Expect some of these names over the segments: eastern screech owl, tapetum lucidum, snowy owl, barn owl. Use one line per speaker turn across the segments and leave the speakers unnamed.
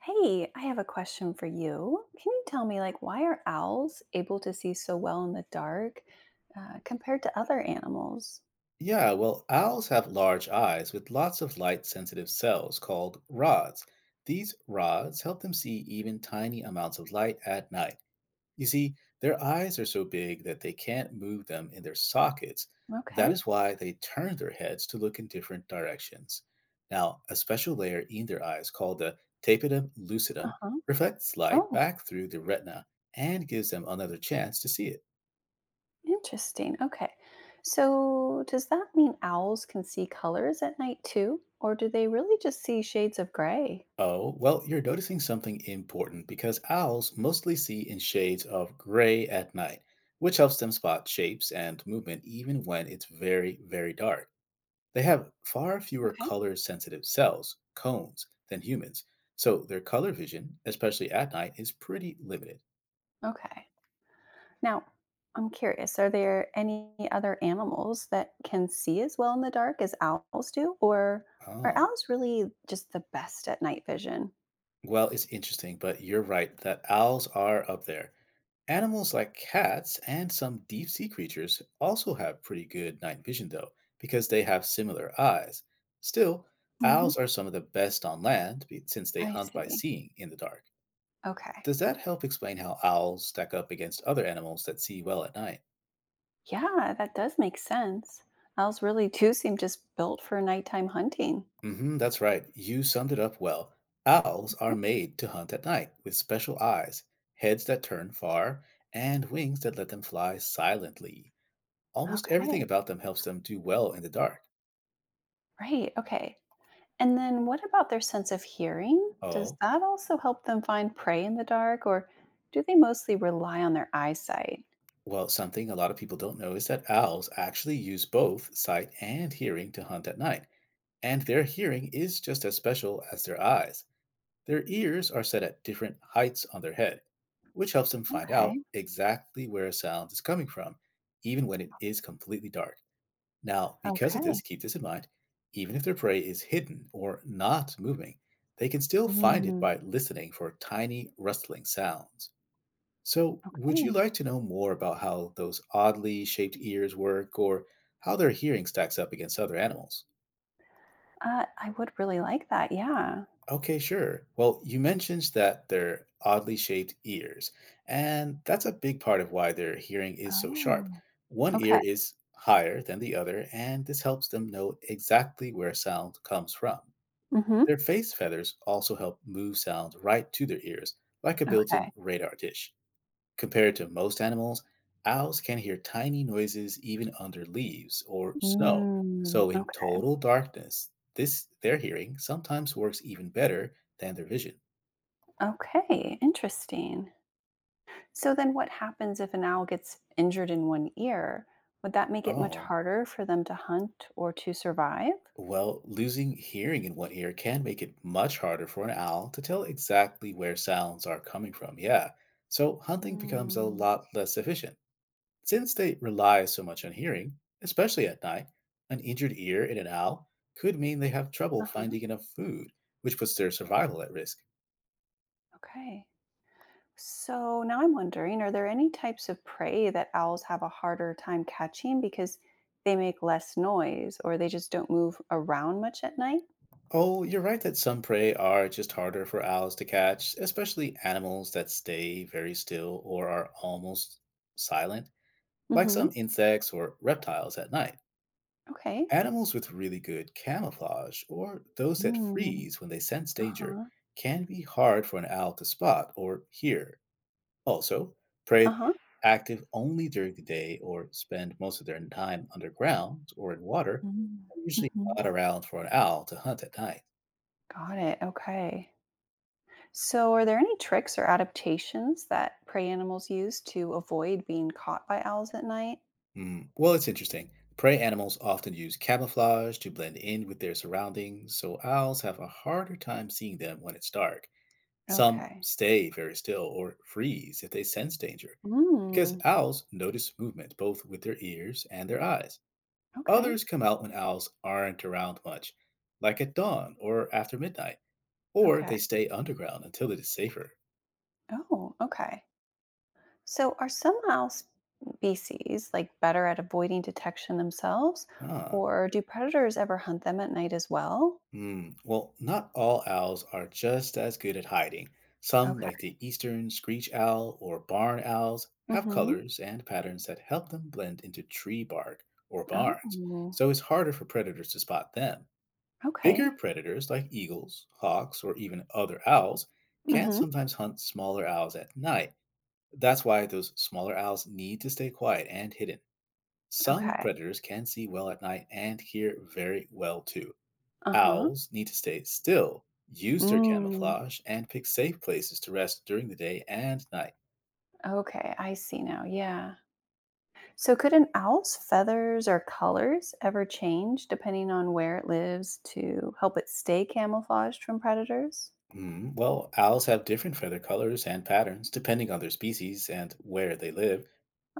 Hey, I have a question for you. Can you tell me, like, why are owls able to see so well in the dark compared to other animals?
Yeah, well, owls have large eyes with lots of light sensitive cells called rods. These rods help them see even tiny amounts of light at night. You see, their eyes are so big that they can't move them in their sockets. That
Okay.
is why they turn their heads to look in different directions. Now, a special layer in their eyes called the tapetum
Uh
lucidum
huh.
reflects light
Oh,
back through the retina and gives them another chance to see it.
interesting. Okay. So, does that mean owls can see colors at night too? Or do they really just see shades of gray?
Oh, well, you're noticing something important because owls mostly see in shades of gray at night, which helps them spot shapes and movement even when it's very, very dark. They have far fewer
Okay.
color sensitive cells, cones, than humans, so their color vision, especially at night, is pretty limited.
Okay. Now, I'm curious, are there any other animals that can see as well in the dark as owls do? Or are
Oh.
owls really just the best at night vision?
Well, it's interesting, but you're right that owls are up there. Animals like cats and some deep sea creatures also have pretty good night vision, though, because they have similar eyes. Still,
Hmm.
owls are some of the best on land since they
I
hunt by
see.
seeing in the dark.
Okay.
Does that help explain how owls stack up against other animals that see well at night?
Yeah, that does make sense. Owls really do seem just built for nighttime hunting.
That's right. You summed it up well. Owls are
Okay.
made to hunt at night with special eyes, heads that turn far, and wings that let them fly silently. Almost everything
Okay.
about them helps them do well in the dark.
Right. Okay. And then what about their sense of hearing? Does
Oh,
that also help them find prey in the dark, or do they mostly rely on their eyesight?
well, something a lot of people don't know is that owls actually use both sight and hearing to hunt at night, and their hearing is just as special as their eyes. Their ears are set at different heights on their head, which helps them find out
Okay.
exactly where a sound is coming from, even when it is completely dark. Now, because of
Okay.
this, keep this in mind even if their prey is hidden or not moving, they can still find it
Mm,
by listening for tiny rustling sounds. So, would you
okay.
like to know more about how those oddly shaped ears work or how their hearing stacks up against other animals?
I would really like that. Yeah.
Okay, sure. Well, you mentioned that they're oddly shaped ears, and that's a big part of why their hearing is so sharp.
Oh.
One ear
Okay.
is higher than the other, and this helps them know exactly where sound comes from.
Mm-hmm.
Their face feathers also help move sound right to their ears, like a built in
Okay.
radar dish. Compared to most animals, owls can hear tiny noises even under leaves or snow.
Mm,
So, in
okay.
total darkness, this their hearing sometimes works even better than their vision.
Okay. Interesting. So then what happens if an owl gets injured in one ear? Would that make it much
Oh,
harder for them to hunt or to survive?
well, losing hearing in one ear can make it much harder for an owl to tell exactly where sounds are coming from. Yeah. So, hunting becomes a
Mm.
lot less efficient. Since they rely so much on hearing, especially at night, an injured ear in an owl could mean they have trouble
Uh-huh.
finding enough food, which puts their survival at risk.
Okay. So now I'm wondering, are there any types of prey that owls have a harder time catching because they make less noise or they just don't move around much at night?
Oh, you're right that some prey are just harder for owls to catch, especially animals that stay very still or are almost silent, like
Mm-hmm.
some insects or reptiles at night.
Okay.
Animals with really good camouflage, or those that
Mm.
freeze when they sense danger,
Uh-huh.
can be hard for an owl to spot or hear. Also, prey
Uh-huh.
active only during the day or spend most of their time underground or in water
Mm.
are usually
Mhm.
not around for an owl to hunt at night.
Got it. Okay. So, are there any tricks or adaptations that prey animals use to avoid being caught by owls at night?
Mm. Well, it's interesting. Prey animals often use camouflage to blend in with their surroundings, so owls have a harder time seeing them when it's dark. Some
Okay.
stay very still or freeze if they sense danger, because
Mm,
owls notice movement both with their ears and their eyes.
okay.
Others come out when owls aren't around much, like at dawn or after midnight, or
Okay.
they stay underground until it is safer.
Oh, okay. So, are some owl species like better at avoiding detection themselves,
Ah,
or do predators ever hunt them at night as well?
hmm. Well, not all owls are just as good at hiding. Some,
Okay.
like the eastern screech owl or barn owls, have
Mm-hmm.
colors and patterns that help them blend into tree bark or barns,
Oh,
so it's harder for predators to spot them. Bigger
okay.
predators like eagles, hawks, or even other owls can
Mm-hmm.
sometimes hunt smaller owls at night. That's why those smaller owls need to stay quiet and hidden. Some
Okay.
predators can see well at night and hear very well too.
Uh-huh.
Owls need to stay still, use their
Mm,
camouflage, and pick safe places to rest during the day and night.
okay. I see now. Yeah. So, could an owl's feathers or colors ever change depending on where it lives to help it stay camouflaged from predators?
Hmm, well, owls have different feather colors and patterns depending on their species and where they live.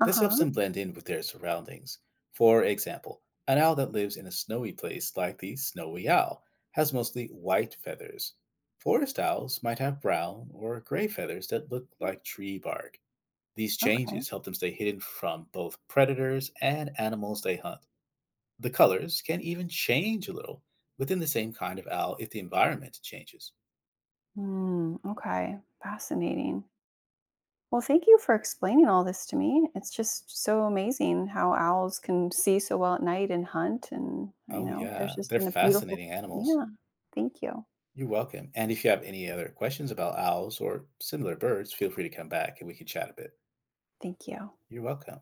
Uh
This helps
huh.
them blend in with their surroundings. For example, an owl that lives in a snowy place like the snowy owl has mostly white feathers. Forest owls might have brown or gray feathers that look like tree bark. These
Okay.
changes help them stay hidden from both predators and animals they hunt. The colors can even change a little within the same kind of owl if the environment changes.
Hmm. Okay. Fascinating. Well, thank you for explaining all this to me. It's just so amazing how owls can see so well at night and hunt. And, you
Oh,
know, there's
yeah,
just
they're
been a beautiful,
fascinating animals.
yeah. Thank you.
You're welcome. And if you have any other questions about owls or similar birds, feel free to come back and we can chat a bit.
Thank you.
You're welcome.